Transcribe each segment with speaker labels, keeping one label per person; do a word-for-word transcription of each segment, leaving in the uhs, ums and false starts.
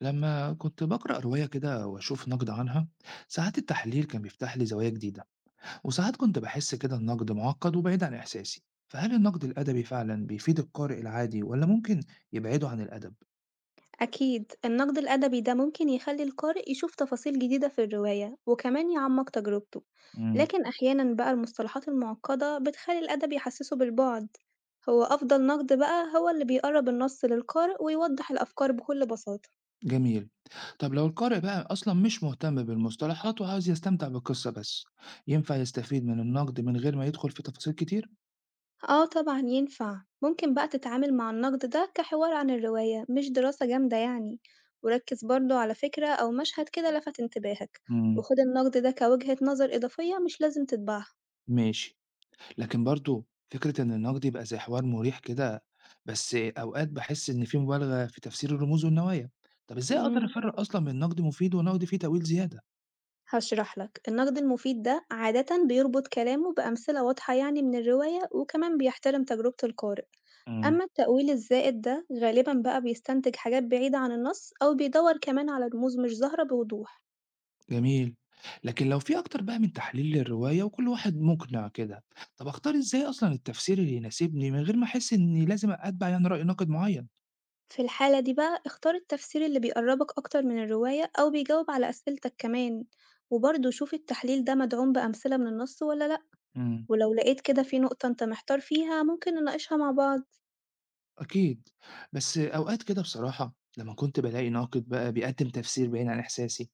Speaker 1: لما كنت بقرأ رواية كده وأشوف نقد عنها، ساعات التحليل كان بيفتح لي زوايا جديدة، وساعات كنت بحس كده النقد معقد وبعيد عن إحساسي. فهل النقد الأدبي فعلا بيفيد القارئ العادي ولا ممكن يبعده عن الأدب؟
Speaker 2: أكيد النقد الأدبي ده ممكن يخلي القارئ يشوف تفاصيل جديدة في الرواية وكمان يعمق تجربته.
Speaker 1: مم.
Speaker 2: لكن أحيانا بقى المصطلحات المعقدة بتخلي الأدب يحسسه بالبعد. هو أفضل نقد بقى هو اللي بيقرب النص للقارئ ويوضح الأفكار بكل بساطة.
Speaker 1: جميل. طب لو القارئ بقى أصلا مش مهتم بالمصطلحات وعاوز يستمتع بالقصة بس، ينفع يستفيد من النقد من غير ما يدخل في تفاصيل كتير؟
Speaker 2: آه طبعا ينفع، ممكن بقى تتعامل مع النقد ده كحوار عن الرواية مش دراسة جامدة يعني، وركز برضه على فكرة أو مشهد كده لفت انتباهك،
Speaker 1: مم.
Speaker 2: وخد النقد ده كوجهة نظر إضافية مش لازم تتبعها.
Speaker 1: ماشي. لكن برضه فكرة إن النقد يبقى زي حوار مريح كده، بس أوقات باحس إن في مبالغة في تفسير الرموز والنوايا، طب إزاي أقدر
Speaker 2: مم.
Speaker 1: أفرّق أصلًا بين نقد مفيد ونقد فيه تأويل زيادة؟
Speaker 2: هاشرح لك. النقد المفيد ده عادة بيربط كلامه بأمثلة واضحة يعني من الرواية، وكمان بيحترم تجربة القارئ.
Speaker 1: إمم.
Speaker 2: أما التأويل الزائد ده غالبا بقى بيستنتج حاجات بعيدة عن النص أو بيدور كمان على رموز مش ظاهرة بوضوح.
Speaker 1: جميل. لكن لو في أكتر بقى من تحليل للرواية وكل واحد مقنع كده، طب أختار إزاي أصلًا التفسير اللي يناسبني من غير ما أحس إني لازم أتبع يعني رأي ناقد معين؟
Speaker 2: في الحالة دي بقى اختار التفسير اللي بيقربك أكتر من الرواية أو بيجاوب على أسئلتك كمان، وبرضه شوف التحليل ده مدعوم بأمثلة من النص ولا لأ.
Speaker 1: إمم.
Speaker 2: ولو لقيت كده في نقطة انت محتار فيها، ممكن نناقشها مع بعض.
Speaker 1: أكيد. بس أوقات كده بصراحة لمّا كنت بالاقي ناقد بقى بيقدّم تفسير بعيد عن إحساسي،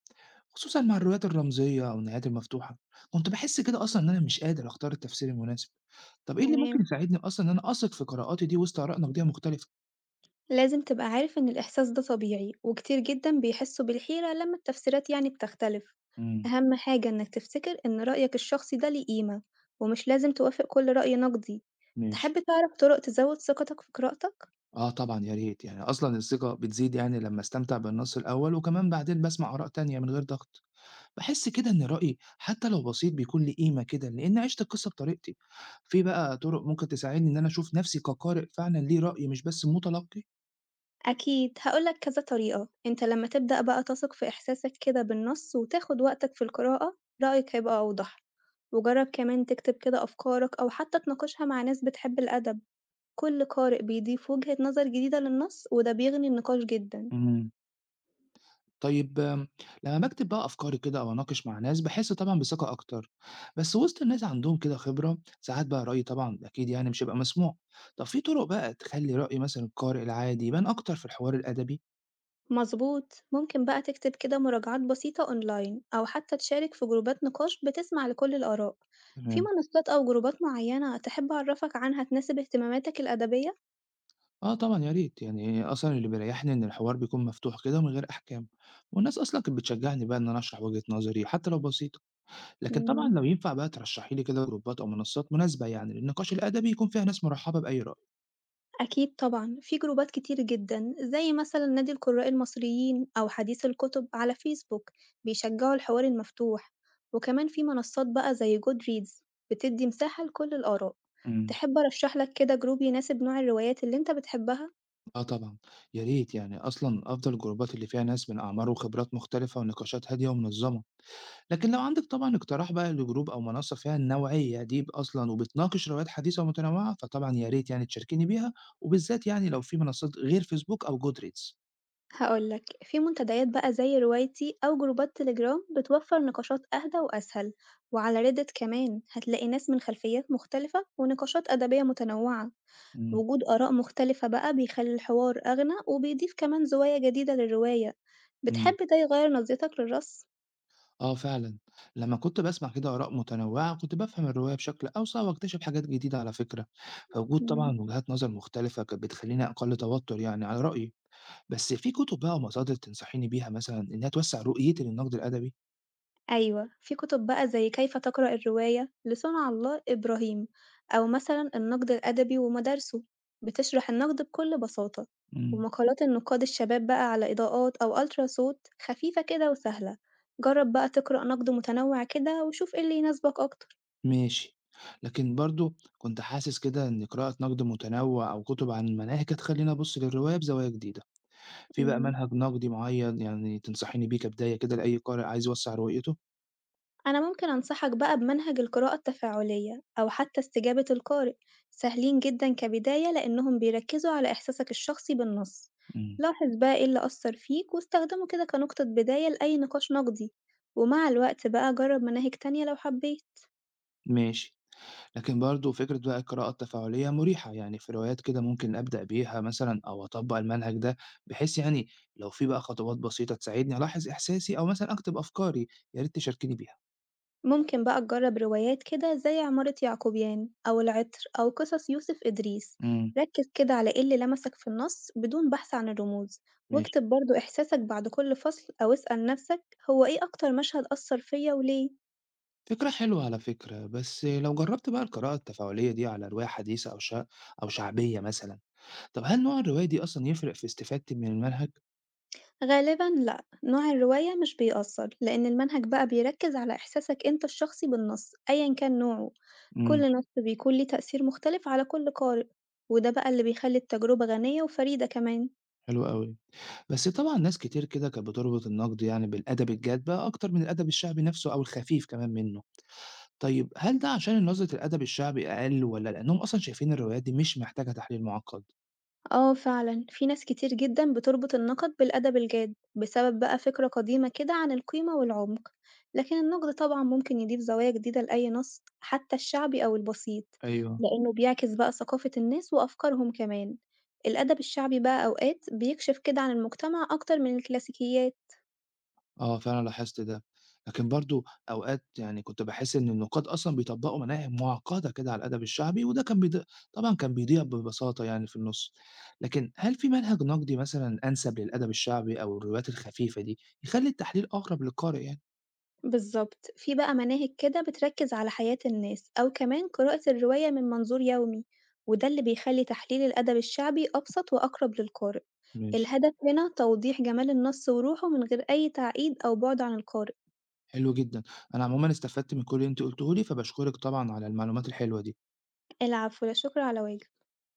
Speaker 1: خصوصًا مع الروايات الرمزية أو النهايات المفتوحة، كنت باحس كده أصلًا إن أنا مش قادر أختار التفسير المناسب، طب إيه اللي ممكن
Speaker 2: تمام.
Speaker 1: يساعدني أصلًا إن أنا أثق في قراءاتي دي وسط آراء نقدية مختلفة؟
Speaker 2: لازم تبقى عارف إن الإحساس ده طبيعي، وكتير جدًا بيحسوا بالحيرة لما التفسيرات يعني بتختلف،
Speaker 1: إمم.
Speaker 2: أهم حاجة إنك تفتكر إن رأيك الشخصي ده ليه قيمة، ومش لازم توافق كل رأي نقدي.
Speaker 1: ماشي.
Speaker 2: تحب تعرف طرق تزود ثقتك في قراءتك؟
Speaker 1: آه طبعًا يا ريت، يعني أصلًا الثقة بتزيد يعني لمّا أستمتع بالنص الأول وكمان بعدين باسمع آراء تانية من غير ضغط. باحس كده إن رأيي حتى لو بسيط بيكون ليه قيمة كده، لإن عِشت القصة بطريقتي. في بقى طُرق ممكن تساعدني إن أنا أشوف نفسي كقارئ فعلًا ليه رأي مش بس متلقي؟
Speaker 2: أكيد، هقولك كذا طريقة. أنت لما تبدأ بقى تثق في إحساسك كده بالنص وتاخد وقتك في القراءة، رأيك هيبقى أوضح، وجرب كمان تكتب كده أفكارك أو حتى تناقشها مع ناس بتحب الأدب. كل قارئ بيضيف وجهة نظر جديدة للنص، وده بيغني النقاش جدا.
Speaker 1: إمم. طيب آمم، لمّا باكتب بقى أفكاري كده أو أناقش مع ناس باحس طبعًا بثقة أكتر، بس وسط الناس عندهم كده خبرة ساعات بقى رأيي طبعًا أكيد يعني مش هيبقى مسموع. طب في طُرق بقى تخلّي رأي مثلًا القارئ العادي يبان أكتر في الحوار الأدبي؟
Speaker 2: مظبوط، ممكن بقى تكتب كده مراجعات بسيطة أونلاين أو حتى تشارك في جروبات نقاش بتسمع لكل الآراء. في
Speaker 1: تمام.
Speaker 2: منصات أو جروبات معينة تحب أعرفك عنها تناسب اهتماماتك الأدبية؟
Speaker 1: آه طبعًا يا ريت، يعني أصلًا اللي بيريحني إن الحوار بيكون مفتوح كده ومن غير أحكام، والناس أصلًا كانت بتشجعني بقى إن أنا أشرح وجهة نظري حتى لو بسيطة، لكن طبعًا
Speaker 2: مم.
Speaker 1: لو ينفع بقى ترشحي لي كده جروبات أو منصات مناسبة يعني للنقاش الأدبي يكون فيها ناس مرحبة بأي رأي.
Speaker 2: أكيد طبعًا، في جروبات كتير جدًا زي مثلًا نادي القراء المصريين أو حديث الكتب على فيسبوك بيشجعوا الحوار المفتوح، وكمان في منصات بقى زي goodreads بتدي مساحة لكل الآراء.
Speaker 1: امم.
Speaker 2: تحب أرشح لك كده جروب يناسب نوع الروايات اللي أنت بتحبها؟
Speaker 1: آه طبعًا، يا ريت يعني أصلًا أفضل الجروبات اللي فيها ناس من أعمار وخبرات مختلفة ونقاشات هادية ومنظمة. لكن لو عندك طبعًا اقتراح بقى لجروب أو منصة فيها النوعية دي أصلًا وبتناقش روايات حديثة ومتنوعة، فطبعًا يا ريت يعني تشاركيني بيها، وبالذات يعني لو في منصات غير فيسبوك أو goodreads.
Speaker 2: هقول لك، في منتديات بقى زي روايتي أو جروبات تليجرام بتوفر نقاشات أهدى وأسهل، وعلى reddit كمان هتلاقي ناس من خلفيات مختلفة ونقاشات أدبية متنوعة.
Speaker 1: إمم.
Speaker 2: وجود آراء مختلفة بقى بيخلّي الحوار أغنى، وبيضيف كمان زوايا جديدة للرواية.
Speaker 1: إمم.
Speaker 2: بتحب ده يغيّر نظرتك للرسم؟
Speaker 1: آه فعلًا، لمّا كنت باسمع كده آراء متنوعة كنت بافهم الرواية بشكل أوسع واكتشف حاجات جديدة على فكرة. فوجود
Speaker 2: إمم،
Speaker 1: طبعًا وجهات نظر مختلفة كانت بتخليني أقل توتر يعني على رأيي. بس في كتب بقى ومصادر تنصحيني بيها مثلًا إنها توسع رؤيتي للنقد الأدبي؟
Speaker 2: أيوه، في كتب بقى زي كيف تقرأ الرواية لصنع الله إبراهيم، أو مثلًا النقد الأدبي ومدارسه، بتشرح النقد بكل بساطة،
Speaker 1: إمم.
Speaker 2: ومقالات النقاد الشباب بقى على إضاءات أو Ultra صوت خفيفة كده وسهلة. جرّب بقى تقرأ نقد متنوع كده وشوف إيه اللي يناسبك أكتر.
Speaker 1: ماشي. لكن برضه كنت حاسس كده إن قراءة نقد متنوع أو كتب عن المناهج هتخلّيني أبُص للرواية بزوايا جديدة، في بقى
Speaker 2: إمم.
Speaker 1: منهج نقدي معيّن يعني تنصحيني بيه كبداية كده لأي قارئ عايز يوسّع رؤيته؟
Speaker 2: أنا ممكن أنصحك بقى بمنهج القراءة التفاعلية أو حتى استجابة القارئ، سهلين جدا كبداية لأنهم بيركزوا على إحساسك الشخصي بالنص.
Speaker 1: إمم.
Speaker 2: لاحظ بقى إيه اللي أثر فيك واستخدمه كده كنقطة بداية لأي نقاش نقدي، ومع الوقت بقى جرب مناهج تانية لو حبيت.
Speaker 1: ماشي. لكن برضه فكرة بقى القراءة التفاعلية مريحة، يعني في روايات كده ممكن أبدأ بيها مثلًا أو أطبّق المنهج ده، بحيث يعني لو في بقى خطوات بسيطة تساعدني ألاحظ إحساسي أو مثلًا أكتب أفكاري، يا ريت تشاركيني بيها.
Speaker 2: ممكن بقى تجرب روايات كده زي عمارة يعقوبيان أو العطر أو قصص يوسف إدريس.
Speaker 1: إمم.
Speaker 2: ركز كده على إيه اللي لمسك في النص بدون بحث عن الرموز،
Speaker 1: ماشي.
Speaker 2: واكتب برضه إحساسك بعد كل فصل أو اسأل نفسك، هو إيه أكتر مشهد أثر فيا وليه؟
Speaker 1: فكرة حلوة على فكرة. بس لو جربت بقى القراءة التفاعلية دي على رواية حديثة أو شا... أو شعبية مثلا، طب هل نوع الرواية دي أصلا يفرق في استفادتي من المنهج؟
Speaker 2: غالبا لأ، نوع الرواية مش بيأثر، لأن المنهج بقى بيركز على إحساسك أنت الشخصي بالنص أيا كان نوعه.
Speaker 1: امم.
Speaker 2: كل نص بيكون ليه تأثير مختلف على كل قارئ، وده بقى اللي بيخلي التجربة غنية وفريدة كمان.
Speaker 1: حلو قوي. بس طبعا ناس كتير كده كانت بتربط النقد يعني بالأدب الجاد بقى أكتر من الأدب الشعبي نفسه أو الخفيف كمان منه، طيب هل ده عشان نظرة الأدب الشعبي أقل ولا لأنهم أصلا شايفين الروايات دي مش محتاجة تحليل معقد؟
Speaker 2: آه فعلًا، في ناس كتير جدًا بتربط النقد بالأدب الجاد بسبب بقى فكرة قديمة كده عن القيمة والعمق، لكن النقد طبعًا ممكن يضيف زوايا جديدة لأي نص حتى الشعبي أو البسيط،
Speaker 1: ايوه.
Speaker 2: لإنه بيعكس بقى ثقافة الناس وأفكارهم كمان. الأدب الشعبي بقى أوقات بيكشف كده عن المجتمع أكتر من الكلاسيكيات.
Speaker 1: آه، فعلًا لاحظت ده. لكن برضه أوقات يعني كنت باحس إن النقاد أصلًا بيطبّقوا مناهج معقّدة كده على الأدب الشعبي وده كان بيض طبعًا كان بيضيع ببساطة يعني في النُص. لكن هل في منهج نقدي مثلًا أنسب للأدب الشعبي أو الروايات الخفيفة دي يخلّي التحليل أقرب للقارئ يعني؟
Speaker 2: بالظبط، في بقى مناهج كده بتركز على حياة الناس أو كمان قراءة الرواية من منظور يومي، وده اللي بيخلي تحليل الأدب الشعبي أبسط وأقرب للقارئ.
Speaker 1: ماشي.
Speaker 2: الهدف هنا توضيح جمال النص وروحه من غير أي تعقيد أو بعد عن القارئ.
Speaker 1: حلو جدًا. أنا عمومًا استفدت من كل اللي أنتِ قُلتيه لي، فباشكرِك طبعًا على المعلومات الحلوة دي.
Speaker 2: العفو، لا شكر على واجب.